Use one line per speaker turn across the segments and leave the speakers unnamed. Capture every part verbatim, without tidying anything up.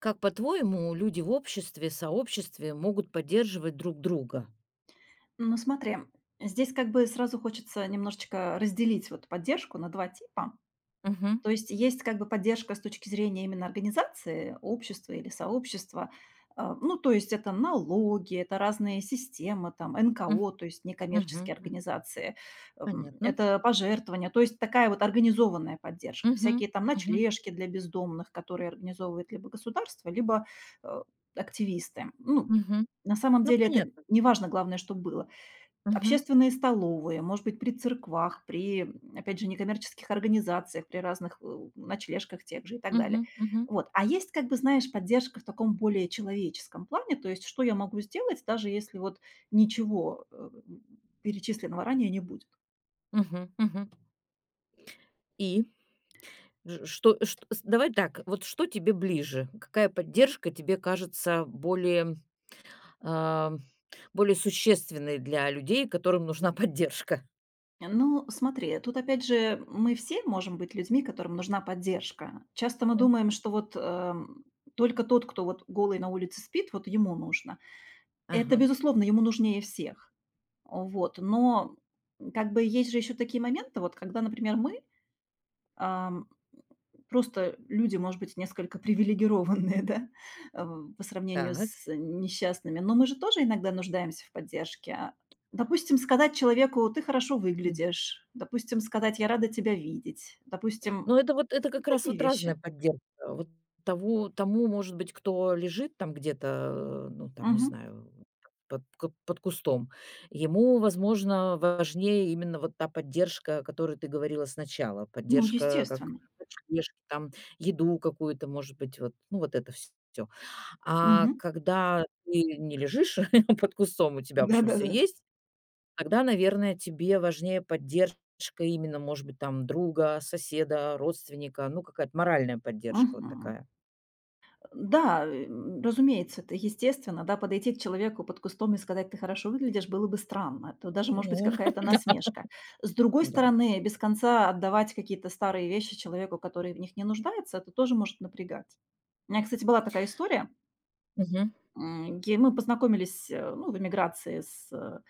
Как, по-твоему, люди в обществе, сообществе могут поддерживать друг друга?
Ну, смотри, здесь как бы сразу хочется немножечко разделить вот поддержку на два типа.
Мгм.
То есть есть как бы поддержка с точки зрения именно организации, общества или сообщества. Э, ну, то есть это налоги, это разные системы, там
М.
НКО, то есть некоммерческие
Мгм. М.
организации, эм,
Понятно.
это пожертвования, то есть такая вот организованная поддержка.
Мгм.
Всякие там
Мгм.
ночлежки для бездомных, которые организовывает либо государство, либо э, активисты. Ну,
Мгм.
на самом
Ну,
деле это
понятно.
не важно, главное, что было.
Мгм.
Общественные столовые, может быть, при церквах, при, м, опять же, некоммерческих организациях, при разных э, ночлежках тех же и так далее.
Мгм. Мгм.
Вот. А есть, как бы, знаешь, поддержка в таком более человеческом плане, то есть что я могу сделать, даже если вот ничего э, перечисленного ранее не будет?
Мгм. Мгм. И Ж- что, ш- с- давай так, вот что тебе ближе? Какая поддержка тебе кажется более, а, более существенной для людей, которым нужна поддержка?
Ну, смотри, тут опять же мы все можем быть людьми, которым нужна поддержка. Часто мы
М.
думаем, что вот эм, только тот, кто вот голый на улице спит, вот ему нужно. Это,
Ага,
безусловно, ему нужнее всех. Вот, но как бы есть же еще такие моменты, вот когда, например, мы, ам, просто люди, может быть, несколько привилегированные, да, в по сравнению
так.
с несчастными, но мы же тоже иногда нуждаемся в поддержке. Допустим, сказать человеку: "Ты хорошо выглядишь". Допустим, сказать: "Я рада тебя видеть". Допустим,
Но это вот, это как раз
такие
вот разная
вещи.
поддержка. Вот того тому, может быть, кто лежит там где-то, э, ну, там, не
Мгм.
знаю, под ку под кустом, ему, возможно, важнее именно вот та поддержка, о которой ты говорила сначала.
Ну,
Поддержка как
естественно.
ночлежки, там, еду какую-то, может быть, вот, ну, вот это все. А
Мгм.
когда ты не лежишь под кустом, у тебя, в общем, все
Да-да-да.
есть. Тогда, наверное, тебе важнее поддержка именно, может быть, там друга, соседа, родственника, ну, какая-то моральная поддержка вот
Мгм.
такая.
Да, э, м, разумеется, это естественно, да, подойти к человеку под кустом и сказать: "Ты хорошо выглядишь", было бы странно. Это даже, может быть,
Ну
какая-то насмешка. С другой
да.
стороны, без конца отдавать какие-то старые вещи человеку, который в них не нуждается, это тоже может напрягать. У меня, кстати, была такая история,
Мгм.
м, где мы познакомились, э, ну, в эмиграции с э,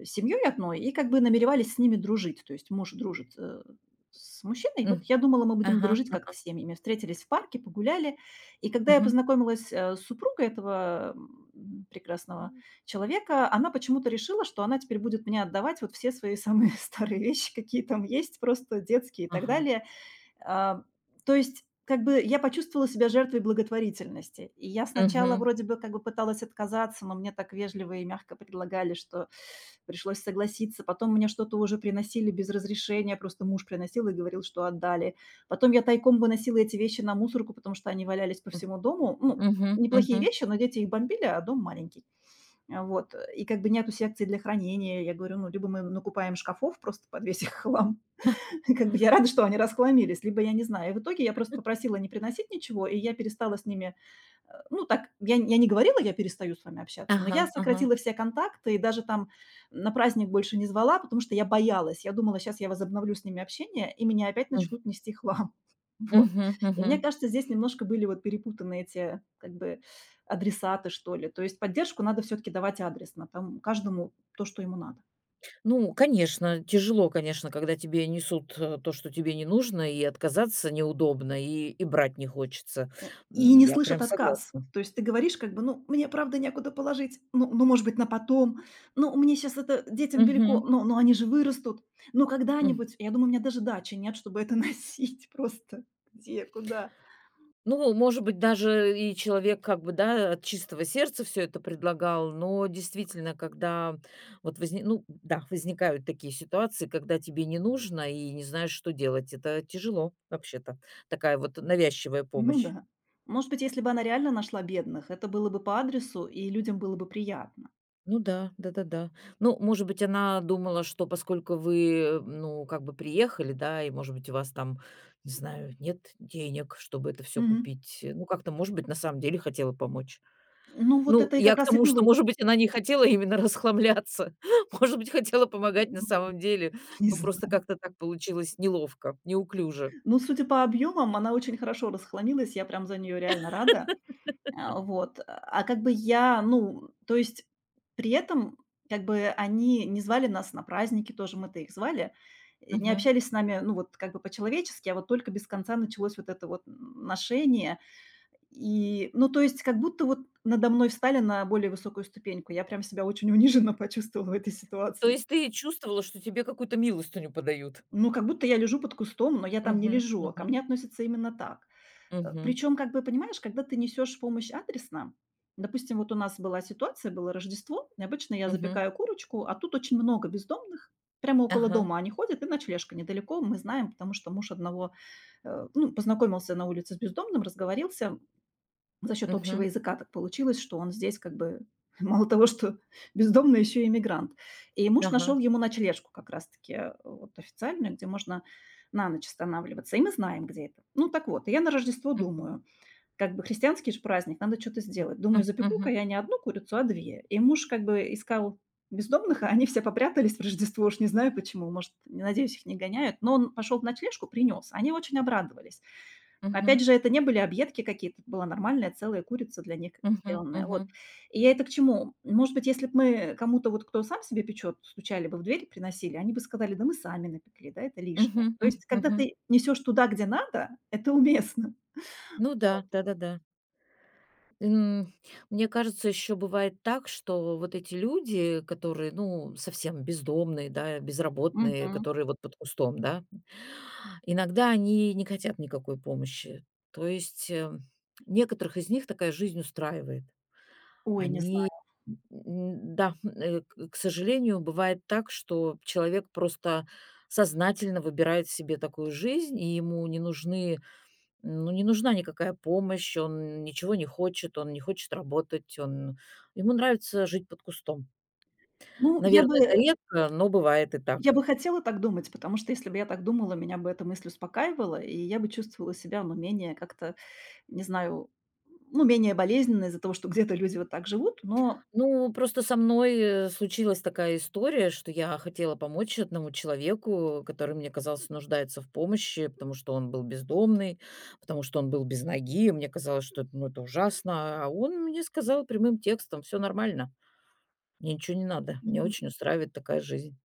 э, семьей одной и как бы намеревались с ними дружить. То есть муж дружит, э, с мужчиной. Вот
М.
я думала, мы будем
Ага.
дружить как-то
А.
с семьями. Встретились в парке, погуляли. И когда я
Мгм.
познакомилась э, с супругой этого м, прекрасного человека, она почему-то решила, что она теперь будет мне отдавать вот все свои самые старые вещи, какие там есть, просто детские и так
Ага.
далее. А, То есть как бы я почувствовала себя жертвой благотворительности. И я сначала
Мгм.
вроде бы как бы пыталась отказаться, но мне так вежливо и мягко предлагали, что пришлось согласиться. Потом мне что-то уже приносили без разрешения, просто муж приносил и говорил, что отдали. Потом я тайком выносила эти вещи на мусорку, потому что они валялись по
М.
всему дому. Ну,
Мгм.
неплохие
Мгм.
вещи, но дети их бомбили, а дом маленький. А, Вот. И как бы нету секции для хранения. Я говорю, ну, либо мы накупаем шкафов, просто подвесь их хлам, как бы я рада, что они расхламились, либо я не знаю. И в итоге я просто попросила не приносить ничего, и я перестала с ними, э, ну, так, я я не говорила: "Я перестаю с вами общаться", но я
Ага. Ага.
сократила все контакты и даже там на праздник больше не звала, потому что я боялась. Я думала: сейчас я возобновлю с ними общение, и меня опять
М.
начнут нести хлам". Вот.
Мгм.
И
Мгм.
мне кажется, здесь немножко были вот перепутаны эти, как бы, адресаты, что ли. То есть поддержку надо все таки давать адресно, там каждому то, что ему надо.
Ну, конечно, тяжело, конечно, когда тебе несут, э, то, что тебе не нужно, и отказаться неудобно, и и брать не хочется.
И
М,
не
я
слышат
прям
отказ.
согласна.
То есть ты говоришь как бы: "Ну, мне, правда, некуда положить. Ну ну, может быть, на потом. Ну, мне сейчас это детям велико.
Мгм.
Но, но они же вырастут. Но когда-нибудь". Я думаю, у меня даже дачи нет, чтобы это носить просто. Где, куда?
Ну, может быть, даже и человек как бы, да, от чистого сердца все это предлагал, но действительно, когда вот возни ну да, возникают такие ситуации, когда тебе не нужно и не знаешь, что делать. Это тяжело вообще-то, такая вот навязчивая
Ну
помощь.
да. Может быть, если бы она реально нашла бедных, это было бы по адресу, и людям было бы приятно.
Ну да, да-да-да. Ну, может быть, она думала, что поскольку вы, э, ну, как бы приехали, да, и, может быть, у вас там, не знаю, нет денег, чтобы это все
Мгм.
купить. э, Ну, как-то, может быть, на самом деле хотела помочь.
Ну, вот
Ну,
это и
я
как
к
раз и
тому, что,
было.
может быть, она не хотела именно расхламляться. Может быть, хотела помогать на самом деле.
Не
Ну, просто
знаю.
как-то так получилось неловко, неуклюже.
Ну, судя по объемам, она очень хорошо расхламилась. Я прям за нее реально рада. А, вот. А как бы я, ну, то есть при этом как бы они не звали нас на праздники, тоже мы-то их звали, э, не
Мгм.
общались с нами, ну, вот как бы по-человечески, а вот только без конца началось вот это вот н- ношение. И, ну, то есть как будто вот надо мной встали на более высокую ступеньку. Я прям себя очень униженно почувствовала в этой
То
ситуации.
есть ты чувствовала, что тебе какую-то милостыню подают?
Ну, как будто я лежу под кустом, но я там не
Мгм,
лежу, а ко
мгм,
мне относятся именно так. Э,
мгм,
причем, как бы, понимаешь, когда ты несешь помощь адресно, допустим, вот у нас была ситуация, было Рождество, и обычно я
мгм.
запекаю курочку, а тут очень много бездомных, прямо около
Ага,
дома они ходят, и ночлежка недалеко, мы знаем, потому что муж одного, э, ну, познакомился на улице с бездомным, разговорился, за счет общего
мгм,
языка так получилось, что он здесь как бы мало того, что бездомный, еще и иммигрант. И муж
ага,
нашел ему ночлежку как раз-таки э, вот официальную, где можно на ночь останавливаться. И мы знаем, где это. Ну так вот, и я на Рождество
мгм,
думаю, как бы христианский же праздник, надо что то
м,
сделать. Думаю,
м,
запеку-ка
мгм,
я не одну курицу, а две. И муж как бы искал бездомных, а они все попрятались в Рождество, уж не знаю почему, может, не надеюсь, их не гоняют. Но он пошел в ночлежку, принес. Они очень обрадовались. Опять
мгм,
же, это не были объедки какие-то, это была нормальная целая курица для них как бы
мгм,
сделанная. Вот.
мгм,
И я это к чему? Может быть, если бы мы кому-то, вот кто сам себе печет, стучали бы в дверь, приносили, они бы сказали: "Да мы сами напекли, да, это
мгм,
лишнее". То есть, когда
мгм.
ты несешь туда, где надо, это уместно.
Ну да, да-да-да. М, Мне кажется, еще бывает так, что вот эти люди, которые, ну, совсем бездомные, да, безработные,
Мгм.
которые вот под кустом, да, иногда они не хотят никакой помощи. То есть, э, некоторых из них такая жизнь устраивает.
Ой, не
Они,
знаю.
м, да, э, к к сожалению, бывает так, что человек просто сознательно выбирает себе такую жизнь, и ему не нужны ну, не нужна никакая помощь, он ничего не хочет, он не хочет работать, он ему нравится жить под кустом.
Ну, я бы
Наверное, это
э,
редко, но бывает и
я
так.
бы хотела так думать, потому что если бы я так думала, меня бы эта мысль успокаивала, и я бы чувствовала себя, ну, менее как-то, не знаю, ну, менее болезненно из-за того, что где-то люди вот так живут. Но.
Ну, просто со мной, э, случилась такая история, что я хотела помочь одному человеку, который, мне казалось, нуждается в помощи, потому что он был бездомный, потому что он был без ноги. Мне казалось, что это, ну, это ужасно, а он мне сказал прямым текстом: «Все нормально, мне ничего не надо, мне
Мгм.
очень устраивает такая жизнь».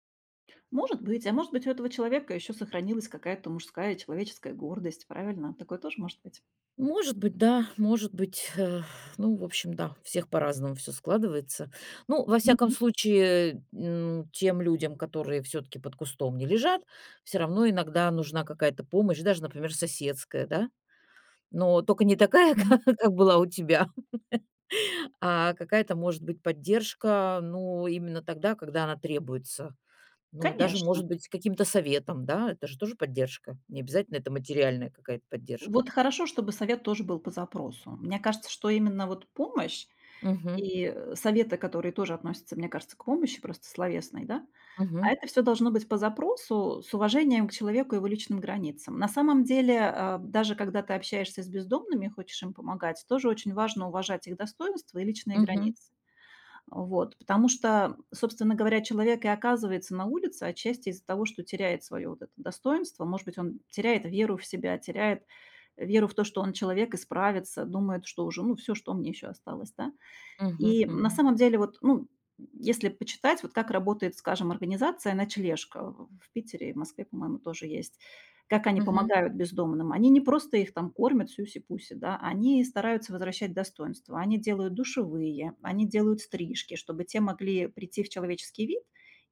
Может быть, а может быть, у этого человека еще сохранилась какая-то мужская человеческая гордость, правильно? Такое тоже может быть.
Может быть, да, может быть, э, ну, в общем, да, у всех по-разному все складывается. Ну, во всяком
Мгм.
случае, м, тем людям, которые все таки под кустом не лежат, все равно иногда нужна какая-то помощь, даже, например, соседская, да. Но только не такая,
Мгм.
ка как была у тебя, а какая-то, может быть, поддержка, ну, именно тогда, когда она требуется. Ну, даже,
Конечно.
может быть, с каким-то советом, да, это же тоже поддержка. Не обязательно это материальная какая-то поддержка.
Вот хорошо, чтобы совет тоже был по запросу. Мне кажется, что именно вот помощь.
Угу,
И, э, советы, которые тоже относятся, мне кажется, к помощи просто словесной, да. А
угу,
это все должно быть по запросу, с уважением к человеку и его личным границам. На самом деле, э, даже когда ты общаешься с бездомными и хочешь им помогать, тоже очень важно уважать их достоинства и личные
угу.
границы. Вот, потому что, собственно говоря, человек и оказывается на улице отчасти из-за того, что теряет свое вот это достоинство. Может быть, он теряет веру в себя, теряет веру в то, что он человек и справится, думает, что уже, ну, все, что мне еще осталось, да.
Мгм,
И на
мгм,
самом деле вот, ну, если почитать, вот как работает, скажем, организация "Ночлежка" в в Питере и в Москве, по-моему, тоже есть, как они
мгм,
помогают бездомным. Они не просто их там кормят сюси-пуси, да, они стараются возвращать достоинство. Они делают душевые, они делают стрижки, чтобы те могли прийти в человеческий вид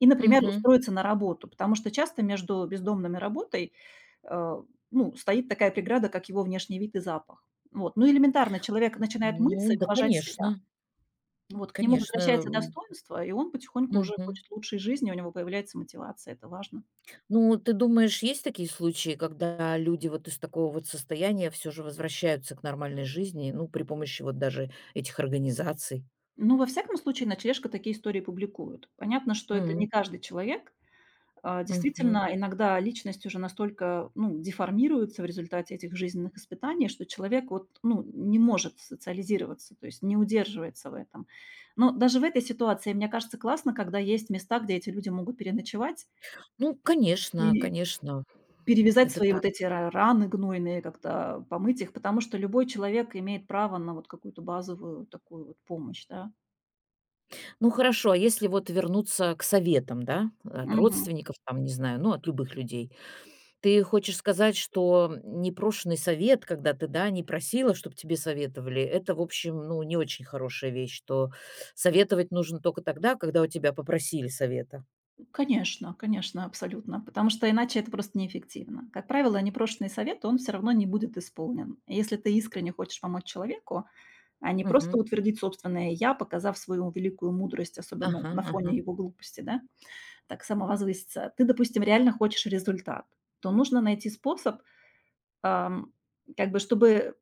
и, например,
мгм.
устроиться на работу. Потому что часто между бездомными работой, э, ну, стоит такая преграда, как его внешний вид и запах. Вот. Ну, элементарно, человек начинает мыться
Ну
и
да,
уважать себя.
конечно,
Вот, к нему
конечно.
возвращается
М.
достоинство, и он потихоньку уже
Мгм.
хочет лучшей жизни, у него появляется мотивация, это важно.
Ну, ты думаешь, есть такие случаи, когда люди вот из такого вот состояния все же возвращаются к нормальной жизни, ну, при помощи вот даже этих организаций?
Ну, во всяком случае, ночлежка такие истории публикуют. Понятно, что это не
М,
каждый человек. А,
мгм.
Действительно, иногда личность уже настолько ну, деформируется в результате этих жизненных испытаний, что человек вот, ну, не может социализироваться, то есть не удерживается в этом. Но даже в этой ситуации, мне кажется, классно, когда есть места, где эти люди могут переночевать,
Ну, конечно,
и
конечно,
перевязать
это
свои
так.
вот эти ра раны гнойные, как-то помыть их, потому что любой человек имеет право на вот какую-то базовую такую вот помощь, да.
Ну, хорошо, а если вот вернуться к советам, да, от
Мгм.
родственников, там, не знаю, ну, от любых людей, Ты хочешь сказать, что непрошеный совет, когда ты, да, не просила, чтобы тебе советовали, это, в общем, ну, не очень хорошая вещь, что советовать нужно только тогда, когда у тебя попросили совета.
Конечно, конечно, абсолютно, потому что иначе это просто неэффективно. Как правило, непрошенный совет, он все равно не будет исполнен. Если ты искренне хочешь помочь человеку, а не просто
Мгм.
утвердить собственное "я", показав свою великую мудрость, особенно
Ага,
на фоне
ага.
его глупости, да, так самовозвыситься. Ты, допустим, реально хочешь результат, то нужно найти способ, ам, как бы чтобы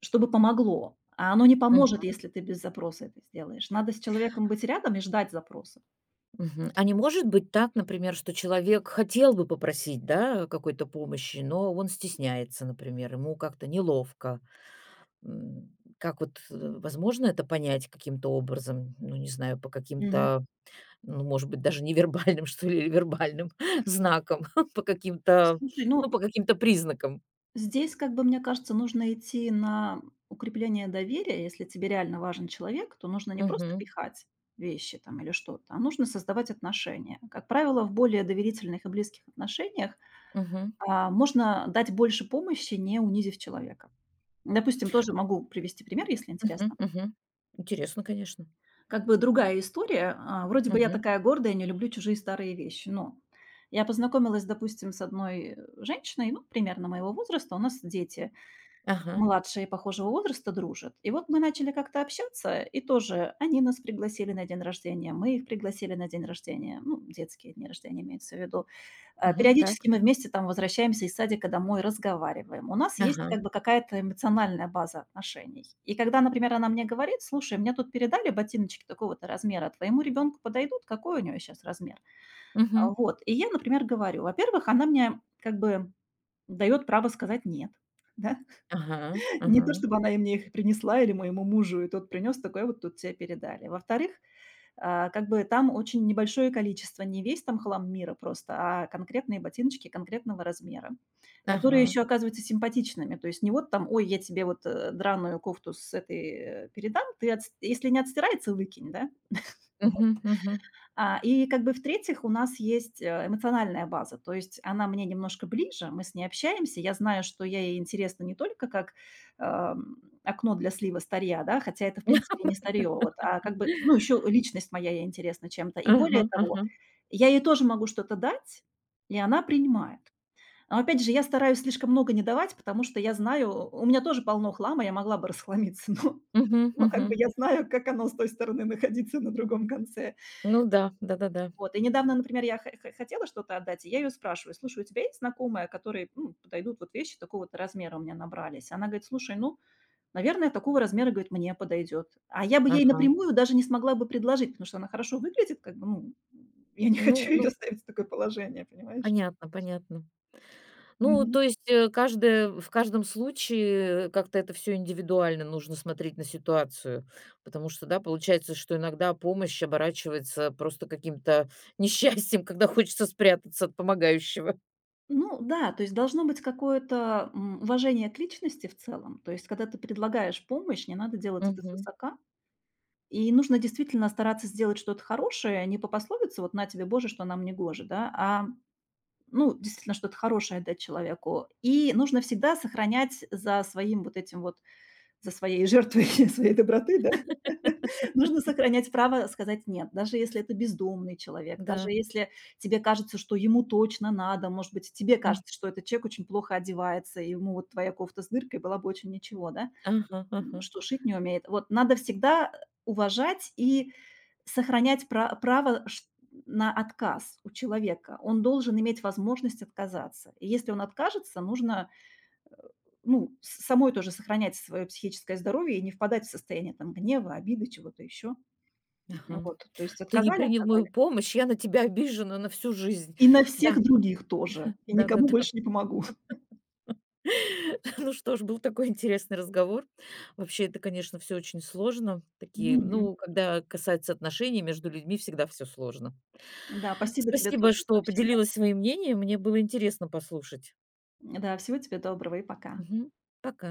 чтобы помогло. А оно не поможет,
Мгм,
если ты без запроса это сделаешь. Надо с человеком быть рядом и ждать запроса.
мгм. А не может быть так, например, что человек хотел бы попросить, да, какой-то помощи, но он стесняется, например, ему как-то неловко. М, Как вот э, возможно это понять каким-то образом, ну, не знаю, по
Мгм.
каким-то Ну, может быть, даже невербальным, что ли, или вербальным знаком по каким-то,
Слушай,
ну,
ну,
по каким-то признакам.
здесь, как бы, мне кажется, нужно идти на укрепление доверия. Если тебе реально важен человек, то нужно не просто
Мгм.
пихать вещи там или что-то, а нужно создавать отношения. Как правило, в более доверительных и близких отношениях,
Мгм.
а, можно дать больше помощи, не унизив человека. Допустим, тоже могу привести пример, если
Мгм.
интересно.
Мгм. Интересно, конечно.
Как бы другая история. А, вроде бы я
Мгм.
такая гордая, не люблю чужие старые вещи. Но я познакомилась, допустим, с одной, э, женщиной, ну, примерно моего возраста. У нас дети.
Ага.
Младшие похожего возраста дружат. И вот мы начали как-то общаться, и тоже они нас пригласили на день рождения, мы их пригласили на день рождения, ну, детские дни рождения имеется в виду. А,
Мгм. Так.
Периодически мы вместе там возвращаемся из садика домой, разговариваем. У нас есть
Ага.
как бы какая-то эмоциональная база отношений. И когда, например, она мне говорит, слушай, мне тут передали ботиночки такого-то размера, а твоему ребенку подойдут, какой у нее сейчас размер? А,
Мгм.
Вот. И я, например, говорю, во-первых, она мне как бы дает право сказать нет. Да?
Ага.
Не то
Ага.
чтобы она и мне их принесла или моему мужу, и тот принес такой: "Вот тут тебе передали". Во-вторых, а, как бы там очень небольшое количество, не весь там хлам мира просто, а конкретные ботиночки конкретного размера, которые
Ага.
еще оказываются симпатичными. То есть не вот там: "Ой, я тебе вот, э, драную кофту с этой, э, передам, ты отс если не отстирается, выкинь", да?
Мгм. Мгм.
А, и как бы в-третьих, у нас есть, э, эмоциональная база. То есть она мне немножко ближе, мы с ней общаемся. Я знаю, что я ей интересна не только как, эм, окно для слива старья, да, хотя это, в принципе, не старье, вот, а как бы, ну, еще личность моя ей интересна чем-то. И более
Ага.
того,
Ага.
я ей тоже могу что-то дать, и она принимает. Но опять же, я стараюсь слишком много не давать, потому что я знаю, у меня тоже полно хлама, я могла бы расхламиться, но
Мгм.
но как
Мгм.
бы я знаю, как оно с той стороны находиться на другом конце.
Ну да. Да-да-да.
Вот, и недавно, например, я хо хо хотела что-то отдать, и я ее спрашиваю: "Слушай, у тебя есть знакомая, которой, ну, подойдут вот вещи такого-то размера?" У меня набрались. Она говорит: "Слушай, ну, наверное, такого размера, говорит, мне подойдет". А я бы ей
Ага.
напрямую даже не смогла бы предложить, потому что она хорошо выглядит, как бы, ну, я не
Ну
хочу ее
ну,
ставить в такое положение, понимаешь?
понятно, понятно. Ну,
Мгм.
то есть, э, каждая в каждом случае э, как-то это все индивидуально, нужно смотреть на ситуацию. Потому что, да, получается, что иногда помощь оборачивается просто каким-то несчастьем, когда хочется спрятаться от помогающего.
Ну да, то есть должно быть какое-то, м, уважение к личности в целом. То есть когда ты предлагаешь помощь, не надо делать это
Мгм.
свысока. И нужно действительно стараться сделать что-то хорошее, не по пословице "вот на тебе, Боже, что нам не гоже", да, а, ну, действительно что-то хорошее отдать человеку. И нужно всегда сохранять за своим вот этим вот, за своей жертвой своей доброты, да, нужно сохранять право сказать "нет", даже если это бездомный человек, даже
Да.
если тебе кажется, что ему точно надо, может быть, тебе
М.
кажется, что этот человек очень плохо одевается, и ему вот твоя кофта с дыркой была бы очень ничего, да
Ага, ага,
что шить не умеет. Вот надо всегда уважать и сохранять пра- право ш- на отказ у человека. Он должен иметь возможность отказаться. И если он откажется, нужно э, ну, с- самой тоже сохранять свое психическое здоровье и не впадать в состояние там гнева, обиды, чего-то еще.
ага.
Вот, то есть
Ты не
отказали,
принял мою
отказали.
помощь, я на тебя обижена на всю жизнь.
И на
Да,
всех других тоже. И никому
да-да-да.
больше не помогу.
Ну что ж, был такой интересный разговор. Вообще, это, конечно, все очень сложно. Такие,
Мгм.
ну, когда касается отношений между людьми, всегда все сложно.
Да, спасибо тебе
Спасибо,
тоже за
что
сообщение.
поделилась своим мнением. Мне было интересно послушать.
Да, всего тебе доброго и пока.
Мгм. Пока.